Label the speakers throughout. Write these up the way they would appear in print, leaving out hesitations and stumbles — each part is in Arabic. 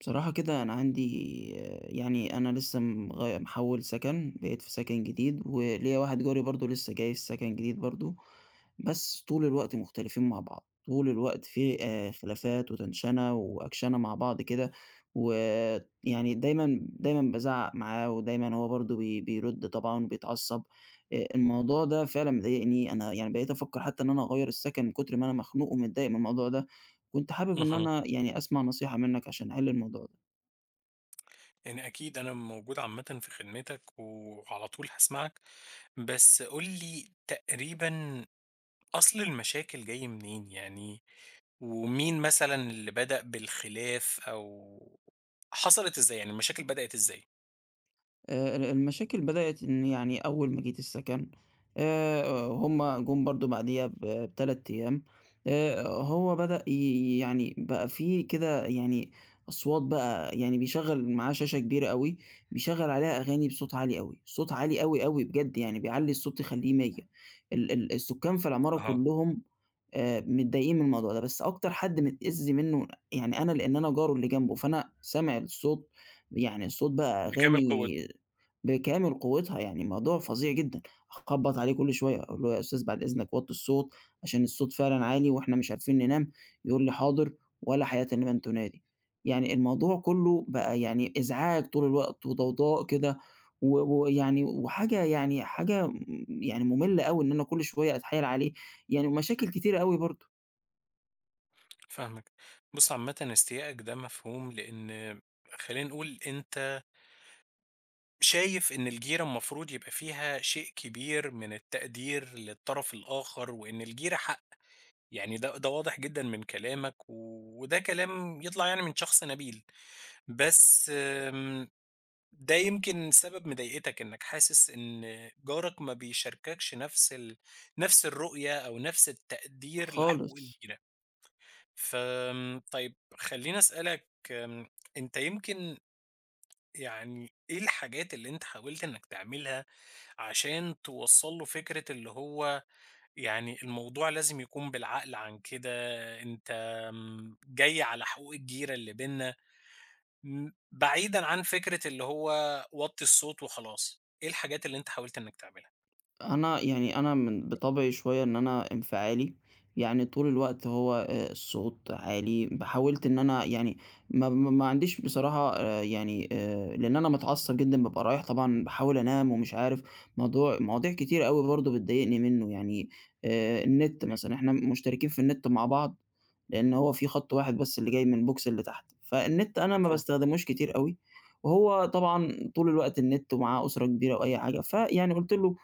Speaker 1: بصراحة كده أنا عندي يعني أنا لسه محول سكن، بقيت في سكن جديد وليا واحد جاري برضو لسه جاي في سكن جديد برضو. بس طول الوقت مختلفين مع بعض، طول الوقت في خلافات وتنشنة وأكشنة مع بعض كده. ويعني دايما دايما بزعق معاه، ودايما هو برضو بيرد طبعا وبيتعصب. الموضوع ده فعلا مضايقني، أنا يعني بقيت أفكر حتى إن أنا أغير السكن من كتر ما أنا مخنوق ومتضايق من الموضوع ده. كنت حابب إن
Speaker 2: اهم.
Speaker 1: أنا يعني أسمع نصيحة منك عشان أحل الموضوع ده.
Speaker 2: يعني أكيد أنا موجود عامةً في خدمتك وعلى طول هاسمعك، بس قُل لي تقريبًا أصل المشاكل جاي منين يعني، ومين مثلًا اللي بدأ بالخلاف أو حصلت إزاي، يعني المشاكل بدأت إزاي؟
Speaker 1: ال المشاكل بدأت إن يعني أول ما جيت السكن، هُم جُم برضه بعديها ب3 أيام. هو بدأ يعني بقى في كده، يعني أصوات، بقى يعني بيشغّل معاه شاشة كبيرة أوي، بيشغّل عليها أغاني بصوت عالي أوي، صوت عالي أوي، أوي بجد، يعني بيعلّي الصوت يخلّيه 100. ال السكان في العمارة
Speaker 2: أها.
Speaker 1: كلّهم متضايقين من الموضوع ده، بس أكتر حد متأذي منّه يعني أنا، لإن أنا جاره اللي جنبه، فأنا سامع الصوت، يعني الصوت بقى
Speaker 2: بكامل
Speaker 1: أغاني
Speaker 2: قوتها.
Speaker 1: بكامل قوتها، يعني الموضوع فظيع جدًا. أخبّط عليه كل شوية أقول له: "يا أستاذ بعد إذنك وطّي الصوت، عشان الصوت فعلًا عالي وإحنا مش عارفين ننام." يقول لي: "حاضر،" ولا حياة لمن تنادي. يعني الموضوع كُلّه بقى يعني إزعاج طول الوقت وضوضاء كده، و ويعني وحاجة يعني حاجة يعني مُمِلّة أوي، إن أنا كل شوية أتحايل عليه، يعني ومشاكل كتيرة أوي برضه.
Speaker 2: فاهمك. بُص، عامةً استيائك ده مفهوم، لإن خلّينا نقول أنت شايف إن الجيرة المفروض يبقى فيها شيء كبير من التقدير للطرف الآخر، وإن الجيرة حق، يعني ده واضح جدًا من كلامك، وده كلام يطلع يعني من شخص نبيل، بس ده يمكن سبب مضايقتك إنك حاسس إن جارك ما بيشارككش نفس نفس الرؤية أو نفس التقدير لحقوق
Speaker 1: خالص.
Speaker 2: الجيران. طيب خلّيني أسألك، أنت يمكن يعني إيه الحاجات اللي أنت حاولت إنك تعملها عشان توصّل له فكرة اللي هو يعني الموضوع لازم يكون بالعقل عن كده؟ أنت جاي على حقوق الجيرة اللي بيننا، بعيدًا عن فكرة اللي هو وطّي الصوت وخلاص، إيه الحاجات اللي أنت حاولت إنك تعملها؟
Speaker 1: أنا يعني أنا من بطبعي شوية إن أنا انفعالي، يعني طول الوقت هو الصوت عالي، حاولت إن أنا يعني ما عنديش بصراحة، يعني لإن أنا متعصب جدًا بابقى رايح طبعًا، باحاول أنام ومش عارف. مواضيع كتيرة أوي برضه بتضايقني منه، يعني النت مثلًا، إحنا مشتركين في النت مع بعض، لإن هو في خط واحد بس اللي جاي من البوكس اللي تحت، فالنت أنا ما
Speaker 2: مفهوم.
Speaker 1: باستخدموش كتير أوي، وهو طبعًا طول الوقت النت، ومعاه أسرة كبيرة وأي حاجة، فيعني قُلت له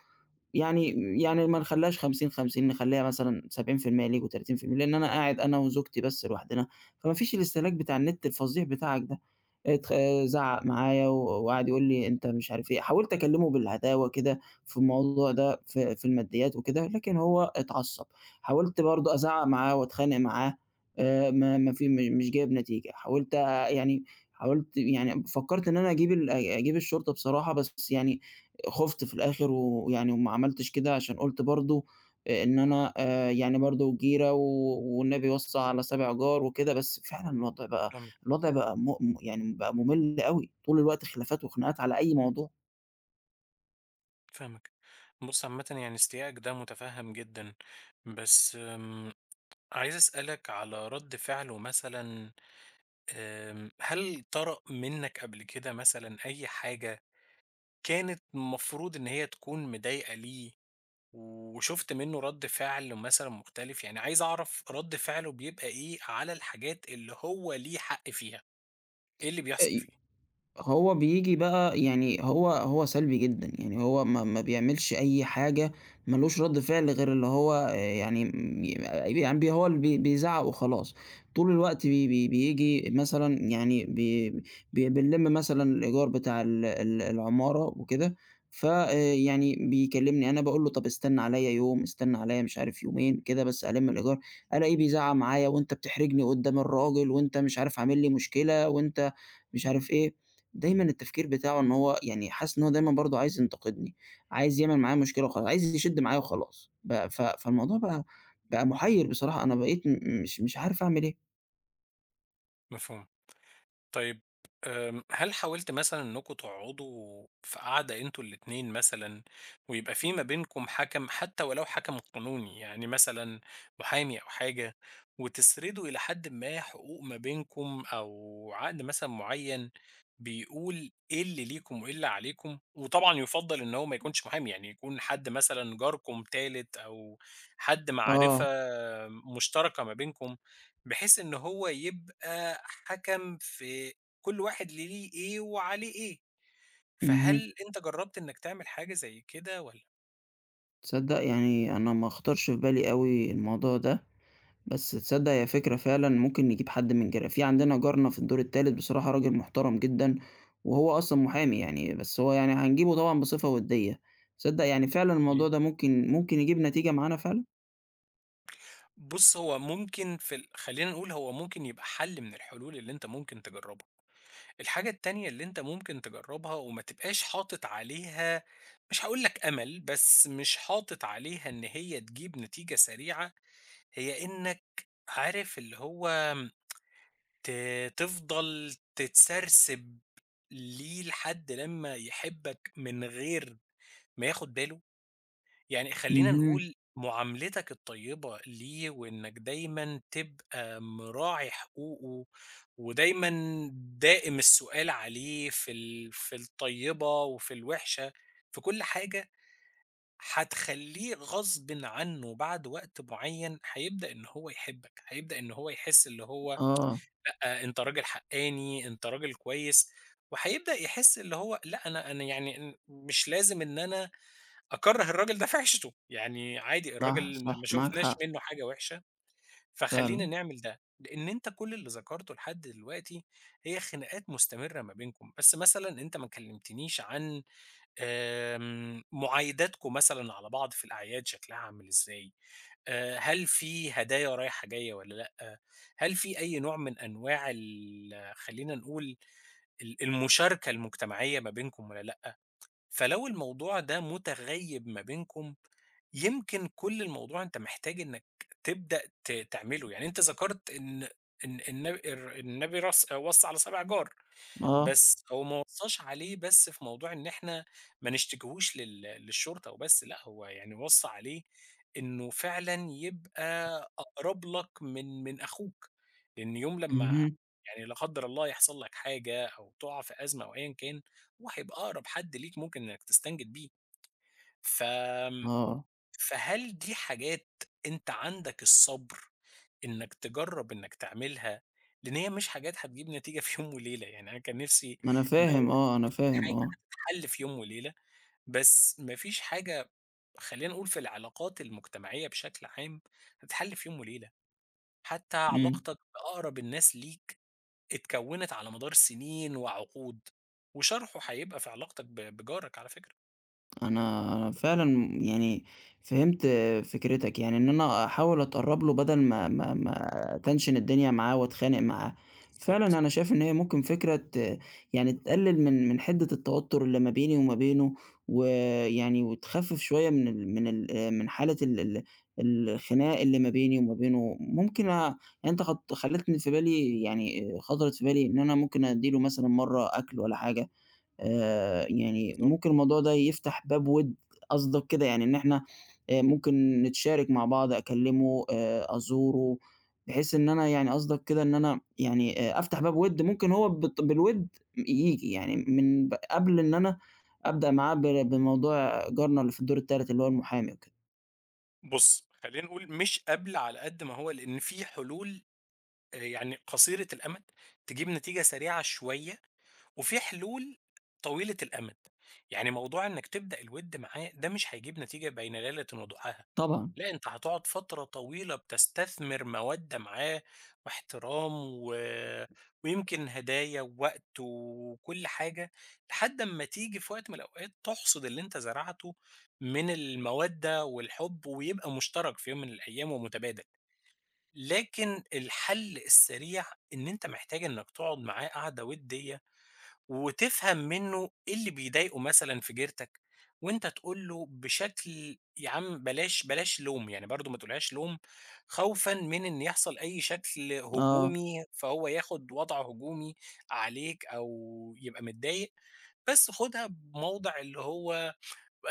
Speaker 1: يعني ما نخلّيهاش 50، 50، نخلّيها مثلًا 70% ليك و30%، لإن أنا قاعد أنا وزوجتي بس لوحدنا، فما فيش الاستهلاك بتاع النت الفظيع بتاعك ده. اتخ زعّق معايا و وقعد يقول لي: "أنت مش عارف إيه." حاولت أكلّمه بالهداوة كده في الموضوع ده، في في الماديات وكده، لكن هو اتعصّب. حاولت برضه أزعّق معاه وأتخانق معاه، ما ما في م مش جايب نتيجة. حاولت يعني حاولت يعني فكّرت إن أنا أجيب ال أ أجيب الشرطة بصراحة، بس يعني خُفت في الآخر، ويعني وما عملتش كده، عشان قُلت برضه إن أنا يعني برضه جيرة، و والنبي وَصّى على 7 جار وكده، بس فعلًا
Speaker 2: فاهمك.
Speaker 1: الوضع بقى يعني بقى مُمِل أوي، طول الوقت خلافات وخناقات على أي موضوع.
Speaker 2: فاهمك. بُص، عامةً يعني استيائك ده متفهم جدًا، بس عايز أسألك على رد فعله مثلًا. هل طرأ منك قبل كده مثلًا أي حاجة كانت المفروض إن هي تكون مضايقة ليه وشُفت منّه رَد فعل مثلًا مختلف؟ يعني عايز أعرف رَد فعله بيبقى إيه على الحاجات اللي هو ليه حق فيها، إيه اللي بيحصل فيه؟
Speaker 1: هو بييجي بقى، يعني هو سلبي جدًا، يعني هو ما بيعملش أي حاجة، ما لوش رد فعل غير اللي هو يعني م يعني هو اللي بيزعّق وخلاص. طول الوقت بي بي بييجي مثلًا، يعني بي بي بنلِم مثلًا الإيجار بتاع ال العمارة وكده، ف يعني بيكلمني أنا، باقول له طَب استنى عليَّ يوم، استنى عليَّ مش عارف يومين كده بس ألِم الإيجار، ألاقيه بيزعّق معايا: وأنت بتحرجني قدّام الراجل، وأنت مش عارف عامل لي مشكلة، وأنت مش عارف إيه. دايمًا التفكير بتاعه إن هو يعني حاسس إن هو دايمًا برضه عايز ينتقدني، عايز يعمل معايا مشكلة وخلاص، عايز يشِد معايا وخلاص. ب ف فالموضوع بقى محيّر بصراحة، أنا بقيت م مش مش عارف أعمل إيه.
Speaker 2: مفهوم. طيب هل حاولتِ مثلًا إنكم تقعدوا في قعدة أنتم الاتنين مثلًا، ويبقى في ما بينكم حَكَم، حتى ولو حَكَم قانوني، يعني مثلًا محامي أو حاجة، وتسردوا إلى حدٍ ما حقوق ما بينكم أو عقد مثلًا معيّن بيقول إيه اللي ليكم وإيه اللي عليكم؟ وطبعًا يُفضّل إن هو ما يكونش محامي، يعني يكون حد مثلًا جاركم تالت أو حد معرفة
Speaker 1: آه،
Speaker 2: مشتركة ما بينكم، بحيث إن هو يبقى حَكَم في كل واحد ليه إيه وعليه إيه.
Speaker 1: اهم.
Speaker 2: فهل أنت جرّبت إنّك تعمل حاجة زي كده والّا
Speaker 1: تصدّق يعني أنا ما خطرش في بالي أوي الموضوع ده، بس تصدّق هي فكرة فعلًا، ممكن نجيب حد من جيرا في عندنا، جارنا في الدور التالت بصراحة راجل محترم جدًا، وهو أصلًا محامي يعني، بس هو يعني هنجيبه طبعًا بصفة وديّة. تصدّق يعني فعلًا
Speaker 2: إيه؟
Speaker 1: الموضوع ده ممكن ممكن يجيب نتيجة معانا فعلًا؟
Speaker 2: بُص، هو ممكن في خلّينا نقول هو ممكن يبقى حَل من الحلول اللي أنت ممكن تجرّبها. الحاجة التانية اللي أنت ممكن تجرّبها، وما تبقاش حاطط عليها، مش هاقول لك أمل، بس مش حاطط عليها إن هي تجيب نتيجة سريعة، هي إنّك عارف اللي هو ت تفضل تتسرسب ليه لحد لمّا يحبك من غير ما ياخد باله. يعني خلّينا
Speaker 1: اهم.
Speaker 2: نقول معاملتك الطيبة ليه وإنك دايمًا تبقى مراعي حقوقه، ودايمًا دائم السؤال عليه في في الطيبة وفي الوحشة، في كل حاجة، هتخلّيه غصبٍ عنه بعد وقت معين هيبدأ إن هو يحبك، هيبدأ إن هو يحس اللي هو
Speaker 1: آه،
Speaker 2: لأ، أنت راجل حقّاني، أنت راجل كويس، وهيبدأ يحس اللي هو لأ، أنا يعني مش لازم إن أنا أكرّه الراجل ده في عيشته، يعني عادي،
Speaker 1: صح،
Speaker 2: الراجل ما
Speaker 1: صح، معاك
Speaker 2: شُفناش
Speaker 1: حق
Speaker 2: منّه حاجة وِحشة. فخلّينا
Speaker 1: فعلًا،
Speaker 2: نعمل ده، لإن أنت كل اللي ذكرته لحد دلوقتي هي خناقات مستمرة ما بينكم، بس مثلًا أنت ما كلّمتنيش عن معايداتكم مثلًا على بعض في الأعياد، شكلها عامل إزاي؟ هل في هدايا رايحة جاية والّا لأ؟ هل في أي نوع من أنواع خلّينا نقول المشاركة المجتمعية ما بينكم والّا لأ؟ فلو الموضوع ده متغيّب ما بينكم، يمكن كل الموضوع أنت محتاج إنك تبدأ تعمله. يعني أنت ذكرت إن النبي وَصّى على 7 جار،
Speaker 1: آه،
Speaker 2: بس هو ما وصّاش عليه بس في موضوع إن إحنا ما نشتكيهوش للشرطة وبس، لأ، هو يعني وصّى عليه إنه فعلًا يبقى أقرب لك من أخوك، لإن يوم لمّا،
Speaker 1: اهم،
Speaker 2: يعني لا قدّر الله، يحصل لك حاجة أو تُقع في أزمة أو أيًا كان، هو هيبقى أقرب حد ليك ممكن إنك تستنجد بيه. فآمم،
Speaker 1: آه،
Speaker 2: فهل دي حاجات أنت عندك الصبر إنك تجرّب إنك تعملها؟ لإن هي مش حاجات هتجيب نتيجة في يوم وليلة. يعني أنا كان نفسي
Speaker 1: ما أنا
Speaker 2: إن أنا
Speaker 1: فاهم،
Speaker 2: أقول
Speaker 1: آه، أنا
Speaker 2: في
Speaker 1: فاهم،
Speaker 2: حاجة
Speaker 1: آه،
Speaker 2: هتتحل في يوم وليلة، بس ما فيش حاجة خلّينا نقول في العلاقات المجتمعية بشكل عام هتتحل في يوم وليلة. حتى
Speaker 1: إمم.
Speaker 2: علاقتك بأقرب الناس ليك اتكوّنت على مدار سنين وعقود، وشرحه هيبقى في علاقتك بجارك على فكرة.
Speaker 1: أنا فعلًا يعني فهمت فكرتك، يعني إن أنا أحاول أتقرّب له بدل ما أتنشن الدنيا معاه وأتخانق معاه. فعلًا
Speaker 2: بالضبط.
Speaker 1: أنا شايف إن هي ممكن فكرة يعني تقلل من حدة التوتر اللي ما بيني وما بينه، ويعني وتخفف شوية من حالة ال الخناق اللي ما بيني وما بينه. ممكن يعني أنت خلّيتني في بالي، يعني خطرت في بالي إن أنا ممكن أدّي له مثلًا مرّة أكل والّا حاجة. يعني
Speaker 2: بالضبط.
Speaker 1: ممكن الموضوع ده يفتح باب وِد. قصدك كده يعني إن إحنا ممكن نتشارك مع بعض، أكلّمه، أزوره، بحيث إن أنا يعني قصدك كده، إن أنا يعني أفتح باب وِد، ممكن هو بالوِد ييجي، يعني من قبل إن أنا أبدأ معاه بموضوع جارنا اللي في الدور التالت اللي هو المحامي وكده.
Speaker 2: بُص، خلّينا نقول مش قبل على قد ما هو، لإن في حلول يعني قصيرة الأمد تجيب نتيجة سريعة شوية، وفي حلول طويلة الأمد. يعني موضوع إنك تبدأ الوِد معاه ده مش هيجيب نتيجة بين ليلة وضحاها،
Speaker 1: طبعًا،
Speaker 2: لأ، أنت هتقعد فترة طويلة بتستثمر مودة معاه واحترام ويمكن هدايا ووقت وكل حاجة، لحد أمّا تيجي في وقت من الأوقات تحصد اللي أنت زرعته من المودة والحب، ويبقى مشترك في يوم من الأيام ومتبادل. لكن الحل السريع إن أنت محتاج إنك تقعد معاه قعدة ودية وتفهم منّه إيه اللي بيضايقه مثلًا في جيرتك، وأنت تقول له بشكل يا عم بلاش بلاش لوم، يعني برضه ما تقولهاش لوم خوفًا من إن يحصل أي شكل
Speaker 1: آه،
Speaker 2: هجومي فهو ياخد وضع هجومي عليك أو يبقى متضايق، بس خُدها بموضِع اللي هو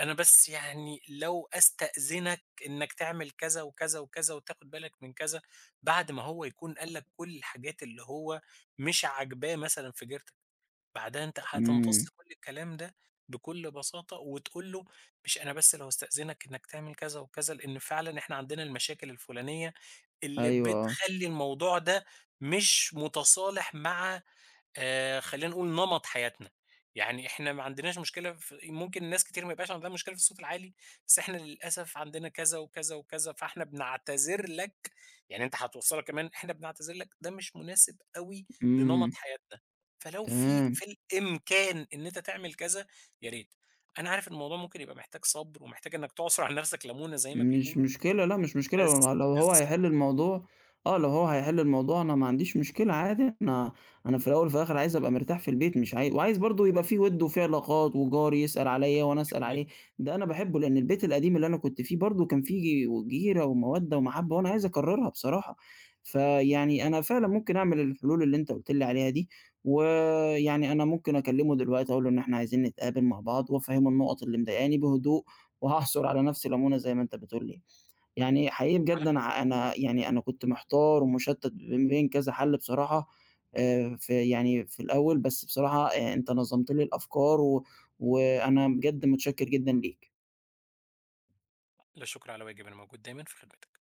Speaker 2: أنا بس يعني لو أستأذنك إنّك تعمل كذا وكذا وكذا وتاخد بالك من كذا، بعد ما هو يكون قال لك كل الحاجات اللي هو مش عاجباه مثلًا في جيرتك. بعدها أنت
Speaker 1: إمم،
Speaker 2: هتمتص كل الكلام ده بكل بساطة وتقول له مش أنا بس لو أستأذنك إنك تعمل كذا وكذا، لإن فعلًا إحنا عندنا المشاكل الفلانية اللي
Speaker 1: أيوه، آه،
Speaker 2: بتخلّي الموضوع ده مش متصالح مع خلّينا نقول نمط حياتنا، يعني إحنا ما عندناش مشكلة ممكن ناس كتير ما يبقاش عندها مشكلة في الصوت العالي، بس إحنا للأسف عندنا كذا وكذا وكذا، فإحنا بنعتذر لك، يعني أنت هتوصّلها كمان، إحنا بنعتذر لك ده مش مناسب أوي لنمط
Speaker 1: إمم،
Speaker 2: حياتنا، فلو في
Speaker 1: تمام.
Speaker 2: في الإمكان إن أنت تعمل كذا يا ريت. أنا عارف إن الموضوع ممكن يبقى محتاج صبر ومحتاج إنك تعصُر على نَفْسك لَمونة زي ما
Speaker 1: مش
Speaker 2: بيقولوا،
Speaker 1: مشكلة، لأ مش مشكلة
Speaker 2: بس
Speaker 1: لو هو
Speaker 2: بالضبط.
Speaker 1: هيحل الموضوع. آه، لو هو هيحل الموضوع أنا ما عنديش مشكلة عادي، أنا أنا في الأول وفي الآخر عايز أبقى مرتاح في البيت، مش وعايز برضه يبقى في وِد وفي علاقات، وجاري يسأل عليّا وأنا أسأل
Speaker 2: جميل.
Speaker 1: عليه، ده أنا باحبه، لإن البيت القديم اللي أنا كنت فيه برضه كان فيه جيرة ومودة ومحبة، وأنا عايز أكررها بصراحة. فيعني أنا فعلًا ممكن أعمل الحلول اللي أنت قُلت لي عليها دي، ويعني أنا ممكن أكلمه دلوقتي أقول له إن إحنا عايزين نتقابل مع بعض، وأفهمه النقط اللي مضايقاني بهدوء. وهاحصُر على نَفْسي لَمونة زي ما أنت بتقول لي. يعني حقيقي بجد،
Speaker 2: على
Speaker 1: أنا ع أنا يعني أنا كنت محتار ومُشتَّت بين كذا حَل بصراحة، في يعني في الأول، بس بصراحة أنت نظّمت لي الأفكار، و وأنا بجد متشكِّر جدًا ليك.
Speaker 2: لا شُكر على واجب، أنا موجود دايمًا في خدمتك.